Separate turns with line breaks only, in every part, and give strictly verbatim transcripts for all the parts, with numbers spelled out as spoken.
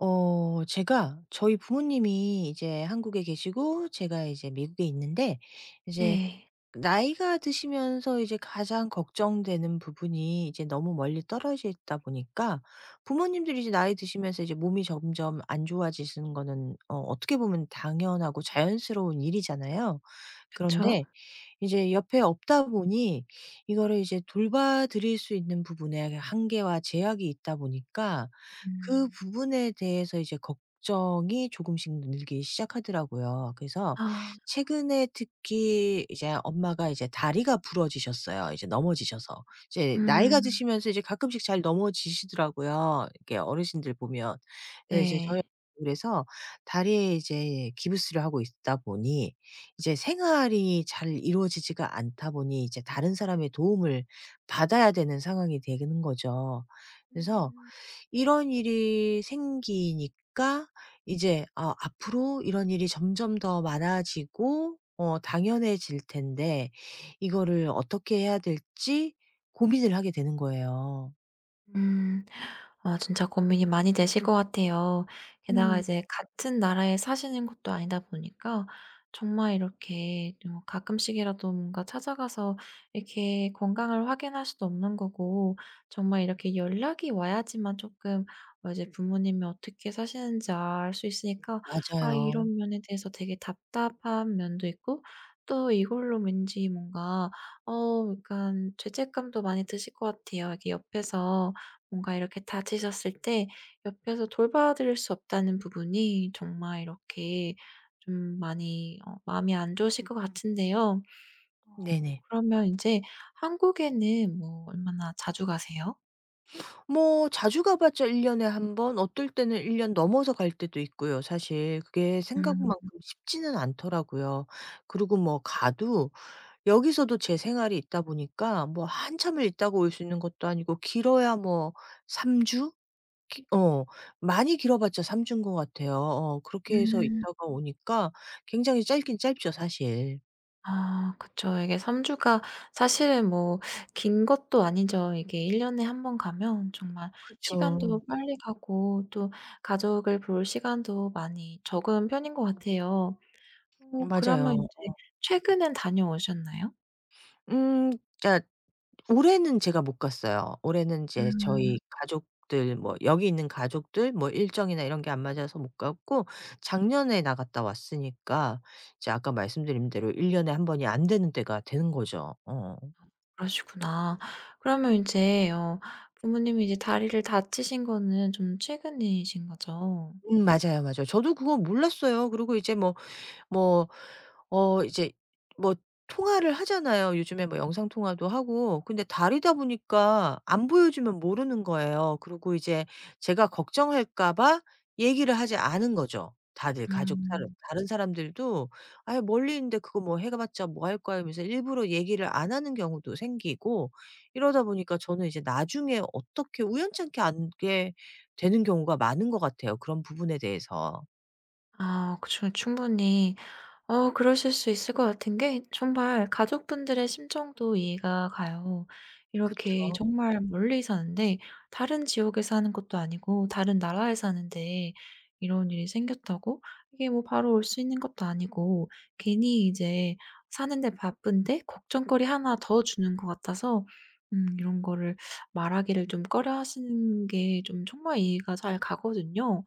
어 제가 저희 부모님이 이제 한국에 계시고, 제가 이제 미국에 있는데 이제
네.
나이가 드시면서 이제 가장 걱정되는 부분이, 이제 너무 멀리 떨어져 있다 보니까 부모님들이 이제 나이 드시면서 이제 몸이 점점 안 좋아지시는 거는, 어 어떻게 보면 당연하고 자연스러운 일이잖아요.
그쵸.
그런데 이제 옆에 없다 보니 이거를 이제 돌봐드릴 수 있는 부분에 한계와 제약이 있다 보니까, 그
음.
부분에 대해서 이제 걱정이 조금씩 늘기 시작하더라고요. 그래서
아.
최근에 특히 이제 엄마가 이제 다리가 부러지셨어요. 이제 넘어지셔서. 이제 나이가
음.
드시면서 이제 가끔씩 잘 넘어지시더라고요. 이렇게 어르신들 보면. 근데 이제 저희
네.
그래서 다리에 이제 기부스를 하고 있다 보니 이제 생활이 잘 이루어지지가 않다 보니 이제 다른 사람의 도움을 받아야 되는 상황이 되는 거죠. 그래서
음.
이런 일이 생기니까 이제 아 앞으로 이런 일이 점점 더 많아지고 어 당연해질 텐데 이거를 어떻게 해야 될지 고민을 하게 되는 거예요.
음. 아, 진짜 고민이 많이 되실 것 같아요. 게다가
음.
이제 같은 나라에 사시는 것도 아니다 보니까 정말 이렇게 좀 가끔씩이라도 뭔가 찾아가서 이렇게 건강을 확인할 수도 없는 거고, 정말 이렇게 연락이 와야지만 조금 어 이제 부모님이 어떻게 사시는지 알 수 있으니까 아,
맞아요.
이런 면에 대해서 되게 답답한 면도 있고, 또 이걸로 왠지 뭔가 어 약간 죄책감도 많이 드실 것 같아요. 이게 옆에서 뭔가 이렇게 다치셨을 때 옆에서 돌봐드릴 수 없다는 부분이 정말 이렇게 좀 많이 어 마음이 안 좋으실 것 음. 같은데요. 어.
네네.
그러면 이제 한국에는 뭐 얼마나 자주 가세요?
뭐 자주 가 봤자 일 년에 한번, 어떨 때는 일 년 넘어서 갈 때도 있고요. 사실 그게
음.
생각만큼 쉽지는 않더라고요. 그리고 뭐 가도 여기서도 제 생활이 있다 보니까 뭐 한참을 있다가 올 수 있는 것도 아니고, 길어야 뭐 삼 주? 기 어 많이 길어봤자 삼 주인 것 같아요. 어
음.
그렇게 해서
음.
있다가 오니까 굉장히 짧긴 짧죠 사실.
아 그쵸. 이게 삼 주 주가 사실은 뭐 긴 것도 아니죠. 이게 일 년 년에 한 번 가면 정말
그쵸.
시간도 빨리 가고 또 가족을 볼 시간도 많이 적은 편인 것 같아요. 어 그러면
맞아요.
인제 최근엔 다녀오셨나요?
음 그러니까 올해는 제가 못 갔어요. 올해는 이제
음
저희 가족들 뭐 여기 있는 가족들 뭐 일정이나 이런 게 안 맞아서 못 갔고, 작년에 나갔다 왔으니까 이제 아까 말씀드린 대로 일 년에 한 번이 안 되는 때가 되는 거죠. 어.
그러시구나. 그러면 인제 어 부모님이 이제 다리를 다치신 거는 좀 최근이신 거죠?
음 맞아요, 맞아요. 저도 그거 몰랐어요. 그리고 이제 뭐 뭐 어 이제 뭐 통화를 하잖아요. 요즘에 뭐 영상 통화도 하고. 근데 다르다 보니까 안 보여주면 모르는 거예요. 그리고 이제 제가 걱정할까 봐 얘기를 하지 않은 거죠. 다들 가족 다른
음.
다른 사람들도 아예 멀리 있는데 그거 뭐 해 봤자 뭐 할 거야" 하면서 일부러 얘기를 안 하는 경우도 생기고, 이러다 보니까 저는 이제 나중에 어떻게 우연찮게 안게 되는 경우가 많은 것 같아요, 그런 부분에 대해서.
아, 그 충 충분히 어 그러실 수 있을 것 같은 게 정말 가족분들의 심정도 이해가 가요. 이렇게
그쵸.
정말 멀리 사는데 다른 지역에 사는 것도 아니고 다른 나라에 사는데 이런 일이 생겼다고 이게 뭐 바로 올 수 있는 것도 아니고, 괜히 이제 사는데 바쁜데 걱정거리 하나 더 주는 것 같아서 음 이런 거를 말하기를 좀 꺼려하시는 게 좀 정말 이해가 잘 가거든요.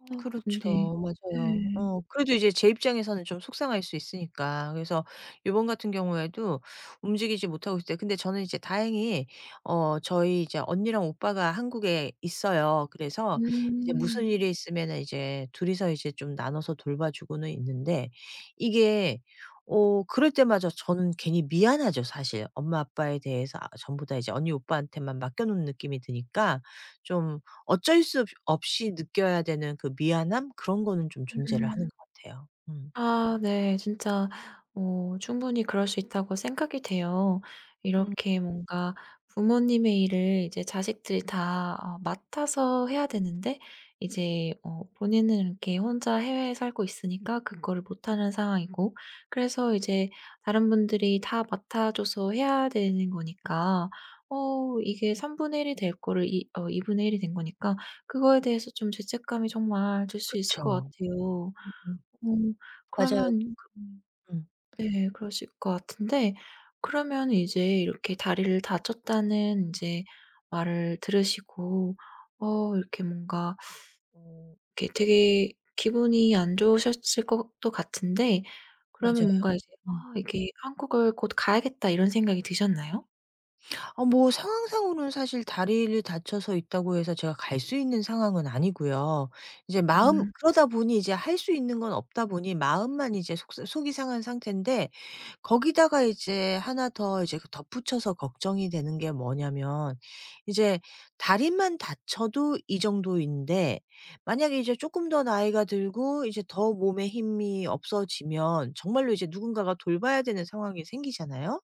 어 근데
그렇죠. 맞아요.
네.
어 그래도 이제 제 입장에서는 좀 속상할 수 있으니까. 그래서 요번 같은 경우에도 움직이지 못하고 있을 때, 근데 저는 이제 다행히 어 저희 이제 언니랑 오빠가 한국에 있어요. 그래서 이제 무슨
음.
일이 있으면은 이제 둘이서 이제 좀 나눠서 돌봐주고는 있는데, 이게 어 그럴 때마저 저는 괜히 미안하죠 사실. 엄마 아빠에 대해서 아 전부 다 이제 언니 오빠한테만 맡겨 놓은 느낌이 드니까, 좀 어쩔 수 없 없이 느껴야 되는 그 미안함 그런 거는 좀 존재를 음.
음.
하는 것 같아요. 음.
아 네. 진짜 어 충분히 그럴 수 있다고 생각이 돼요.
음.
이렇게 뭔가 부모님의 일을 이제 자식들이 다 어 맡아서 해야 되는데 이제 어 본인은 이렇게 혼자 해외에 살고 있으니까 그거를 못하는 상황이고, 그래서 이제 다른 분들이 다 맡아 줘서 해야 되는 거니까 어 이게 삼분의 일이 될 거를 이 어 이 분의 일이 된 거니까 그거에 대해서 좀 죄책감이 정말 들 수 있을 것
그쵸.
같아요.
음.
음.
맞아요.
그러면 음.
음.
네, 그러실 것 같은데 그러면 이제 이렇게 다리를 다쳤다는 인제 말을 들으시고 어 이렇게 뭔가 어 이렇게 되게 기분이 안 좋으셨을 것도 같은데, 그러면
맞아요.
뭔가 이제
음.
'아, 이게 한국을 곧 가야겠다.' 이런 생각이 드셨나요?
아 뭐 상황상으로는 사실 다리를 다쳐서 있다고 해서 제가 갈 수 있는 상황은 아니고요. 이제
음.
마음
음.
그러다 보니 이제 할 수 있는 건 없다 보니 마음만 이제 속 속이 상한 상태인데, 거기다가 이제 하나 더 이제 그 덧붙여서 걱정이 되는 게 뭐냐면 이제 다리만 다쳐도 이 정도인데, 만약에 이제 조금 더 나이가 들고 이제 더 몸에 힘이 없어지면 정말로 이제 누군가가 돌봐야 되는 상황이 생기잖아요.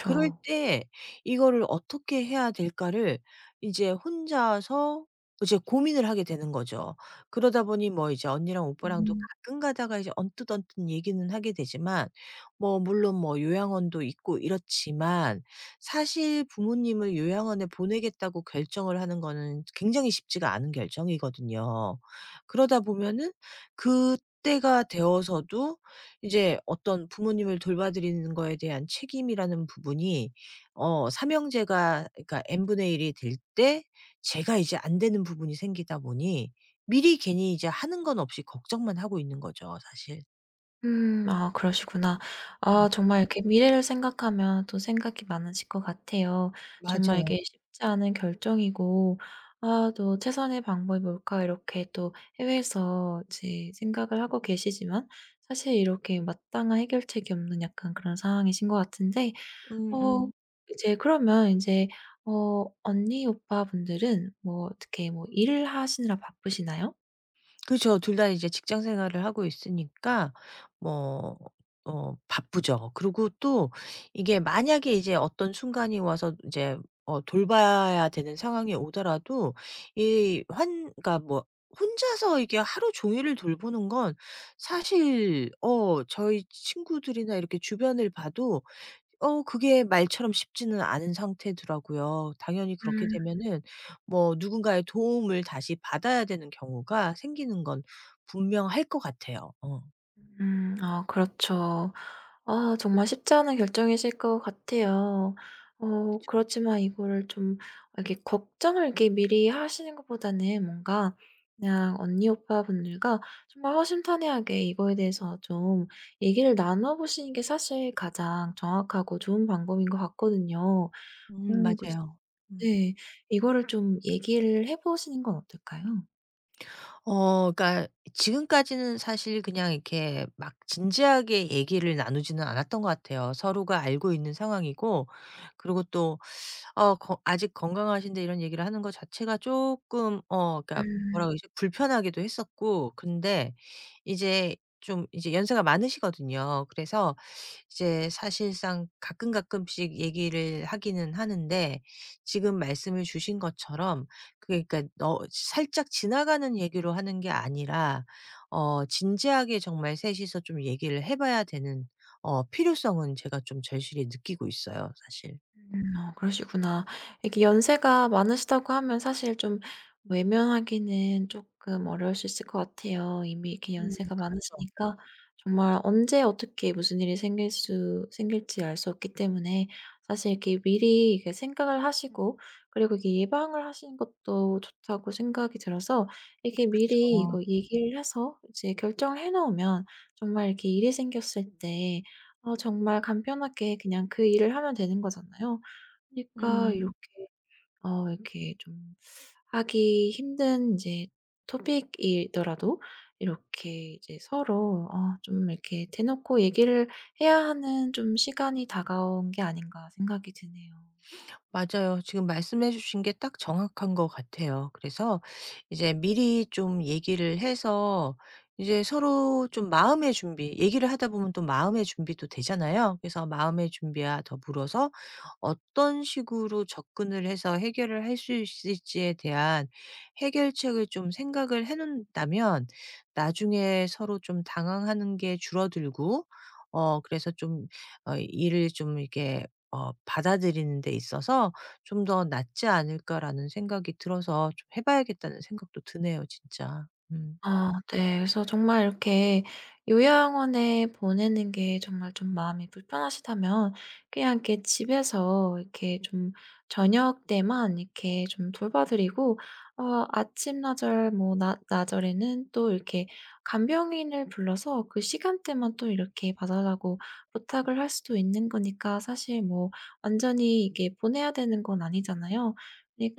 그럴 때 이거를 어떻게 해야 될까를 이제 혼자서 이제 고민을 하게 되는 거죠. 그러다 보니 뭐 이제 언니랑 오빠랑도
음.
가끔 가다가 이제 언뜻언뜻 얘기는 하게 되지만, 뭐 물론 뭐 요양원도 있고 이렇지만 사실 부모님을 요양원에 보내겠다고 결정을 하는 거는 굉장히 쉽지가 않은 결정이거든요. 그러다 보면은 그때가 되어서도 이제 어떤 부모님을 돌봐드리는 거에 대한 책임이라는 부분이 어 삼형제가 그러니까 n분의 일이 될 때 제가 이제 안 되는 부분이 생기다 보니, 미리 괜히 이제 하는 건 없이 걱정만 하고 있는 거죠 사실.
음. 아 그러시구나.
음.
아, 정말 이렇게 미래를 생각하면 또 생각이 많으실 것 같아요. 정말
맞아요.
이게 쉽지 않은 결정이고, 아, 또 '최선의 방법이 뭘까?' 이렇게 또 해외에서 이제 생각을 하고 계시지만 사실 이렇게 마땅한 해결책이 없는 약간 그런 상황이신 것 같은데. 어
음음.
이제 그러면 이제 어 언니 오빠분들은 뭐 어떻게 뭐 일을 하시느라 바쁘시나요?
그렇죠. 둘 다 이제 직장 생활을 하고 있으니까 뭐 어 바쁘죠. 그리고 또 이게 만약에 이제 어떤 순간이 와서 이제 어 돌봐야 되는 상황이 오더라도, 이 환 그러니까 뭐 혼자서 이게 하루 종일을 돌보는 건 사실 어 저희 친구들이나 이렇게 주변을 봐도 어 그게 말처럼 쉽지는 않은 상태더라고요. 당연히 그렇게
음.
되면은 뭐 누군가의 도움을 다시 받아야 되는 경우가 생기는 건 분명할 것 같아요. 어.
음. 아 그렇죠. 아, 정말 쉽지 않은 결정이실 것 같아요. 어
그쵸, 그쵸.
그렇지만 이거를 좀 이렇게 걱정을 이렇게 미리 하시는 것보다는 뭔가 그냥 언니 오빠분들과 정말 허심탄회하게 이거에 대해서 좀 얘기를 나눠 보시는 게 사실 가장 정확하고 좋은 방법인 것 같거든요.
음
음 그래서
맞아요. 음.
네. 이거를 좀 얘기를 해 보시는 건 어떨까요?
어 그러니까 지금까지는 사실 그냥 이렇게 막 진지하게 얘기를 나누지는 않았던 것 같아요. 서로가 알고 있는 상황이고, 그리고 또 어 거 아직 건강하신데 이런 얘기를 하는 것 자체가 조금 어 그러니까 뭐라
음.
그러지? 불편하기도 했었고. 근데 이제 좀 이제 연세가 많으시거든요. 그래서 이제 사실상 가끔가끔씩 얘기를 하기는 하는데, 지금 말씀을 주신 것처럼 그게 그러니까 너 살짝 지나가는 얘기로 하는 게 아니라 어 진지하게 정말 셋 이서 좀 얘기를 해 봐야 되는 어 필요성은 제가 좀 절실히 느끼고 있어요 사실.
음 어 그러시구나. 이렇게 연세가 많으시다고 하면 사실 좀 외면하기는 조금 어려울 수 있을 것 같아요. 이미 이렇게
음
연세가
그렇죠.
많으시니까 정말 언제 어떻게 무슨 일이 생길 수 생길지 알 수 없기 때문에 사실 이렇게 미리 이렇게 생각을 하시고, 그리고 이게 예방을 하시는 것도 좋다고 생각이 들어서 이렇게 미리
그쵸.
이거 얘기를 해서 이제 결정을 해 놓으면 정말 이렇게 일이 생겼을 때 어 정말 간편하게 그냥 그 일을 하면 되는 거잖아요. 그러니까 이렇게 어 이렇게 좀 하기 힘든 이제 토픽이더라도 이렇게 이제 서로 어 좀 이렇게 대놓고 얘기를 해야 하는 좀 시간이 다가온 게 아닌가 생각이 드네요.
맞아요. 지금 말씀해 주신 게 딱 정확한 것 같아요. 그래서 이제 미리 좀 얘기를 해서 이제 서로 좀 마음의 준비, 얘기를 하다 보면 또 마음의 준비도 되잖아요. 그래서 마음의 준비와 더불어서 어떤 식으로 접근을 해서 해결을 할 수 있을지에 대한 해결책을 좀 생각을 해 놓는다면, 나중에 서로 좀 당황하는 게 줄어들고 어 그래서 좀 어 일을 좀 이렇게 어 받아들이는 데 있어서 '좀 더 낫지 않을까.'라는 생각이 들어서 좀 해 봐야겠다는 생각도 드네요 진짜. 음.
아 네. 그래서 정말 이렇게 요양원에 보내는 게 정말 좀 마음이 불편하시다면 그냥 이렇게 집에서 이렇게 좀 저녁 때만 이렇게 좀 돌봐 드리고 어 아침 나절 뭐 낮 나절에는 또 이렇게 간병인을 불러서 그 시간대만 또 이렇게 봐 달라고 부탁을 할 수도 있는 거니까 사실 뭐 완전히 이게 보내야 되는 건 아니잖아요.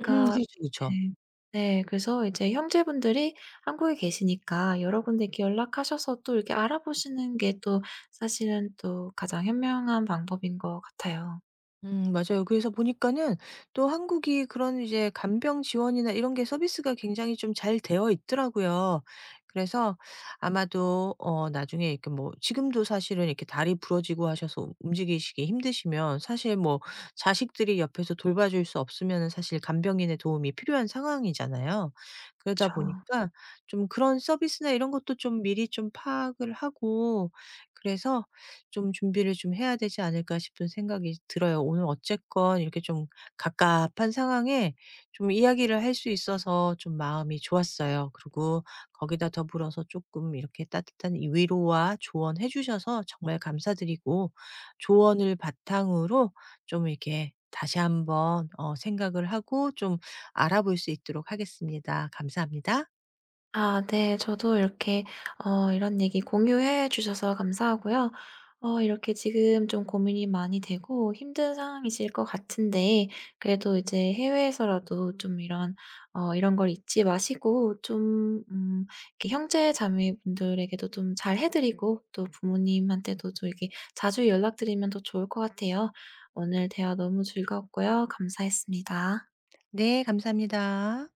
음 그렇죠, 그죠.
네. 네. 그래서 이제 형제분들이 한국에 계시니까 여러분들께 연락하셔서 또 이렇게 알아보시는 게 또 사실은 또 가장 현명한 방법인 것 같아요.
음 맞아요. 그래서 보니까는 또 한국이 그런 이제 간병 지원이나 이런 게 서비스가 굉장히 좀 잘 되어 있더라고요. 그래서 아마도 어 나중에 이렇게 뭐, 지금도 사실은 이렇게 다리 부러지고 하셔서 움직이시기 힘드시면 사실 뭐 자식들이 옆에서 돌봐줄 수 없으면은 사실 간병인의 도움이 필요한 상황이잖아요. 그러다
그쵸.
보니까 좀 그런 서비스나 이런 것도 좀 미리 좀 파악을 하고 그래서 좀 준비를 좀 해야 되지 않을까 싶은 생각이 들어요. 오늘 어쨌건 이렇게 좀 갑갑한 상황에 좀 이야기를 할 수 있어서 좀 마음이 좋았어요. 그리고 거기다 더불어서 조금 이렇게 따뜻한 이 위로와 조언해 주셔서 정말 감사드리고, 조언을 바탕으로 좀 이렇게 다시 한번 어 생각을 하고 좀 알아볼 수 있도록 하겠습니다. 감사합니다.
아 네. 저도 이렇게 어 이런 얘기 공유해 주셔서 감사하고요. 어 이렇게 지금 좀 고민이 많이 되고 힘든 상황이실 것 같은데, 그래도 이제 해외에서라도 좀 이런 어 이런 걸 잊지 마시고 좀 음 이렇게 형제 자매분들에게도 좀 잘해 드리고 또 부모님한테도 좀 이렇게 자주 연락드리면 더 좋을 것 같아요. 오늘 대화 너무 즐거웠고요. 감사했습니다.
네 감사합니다.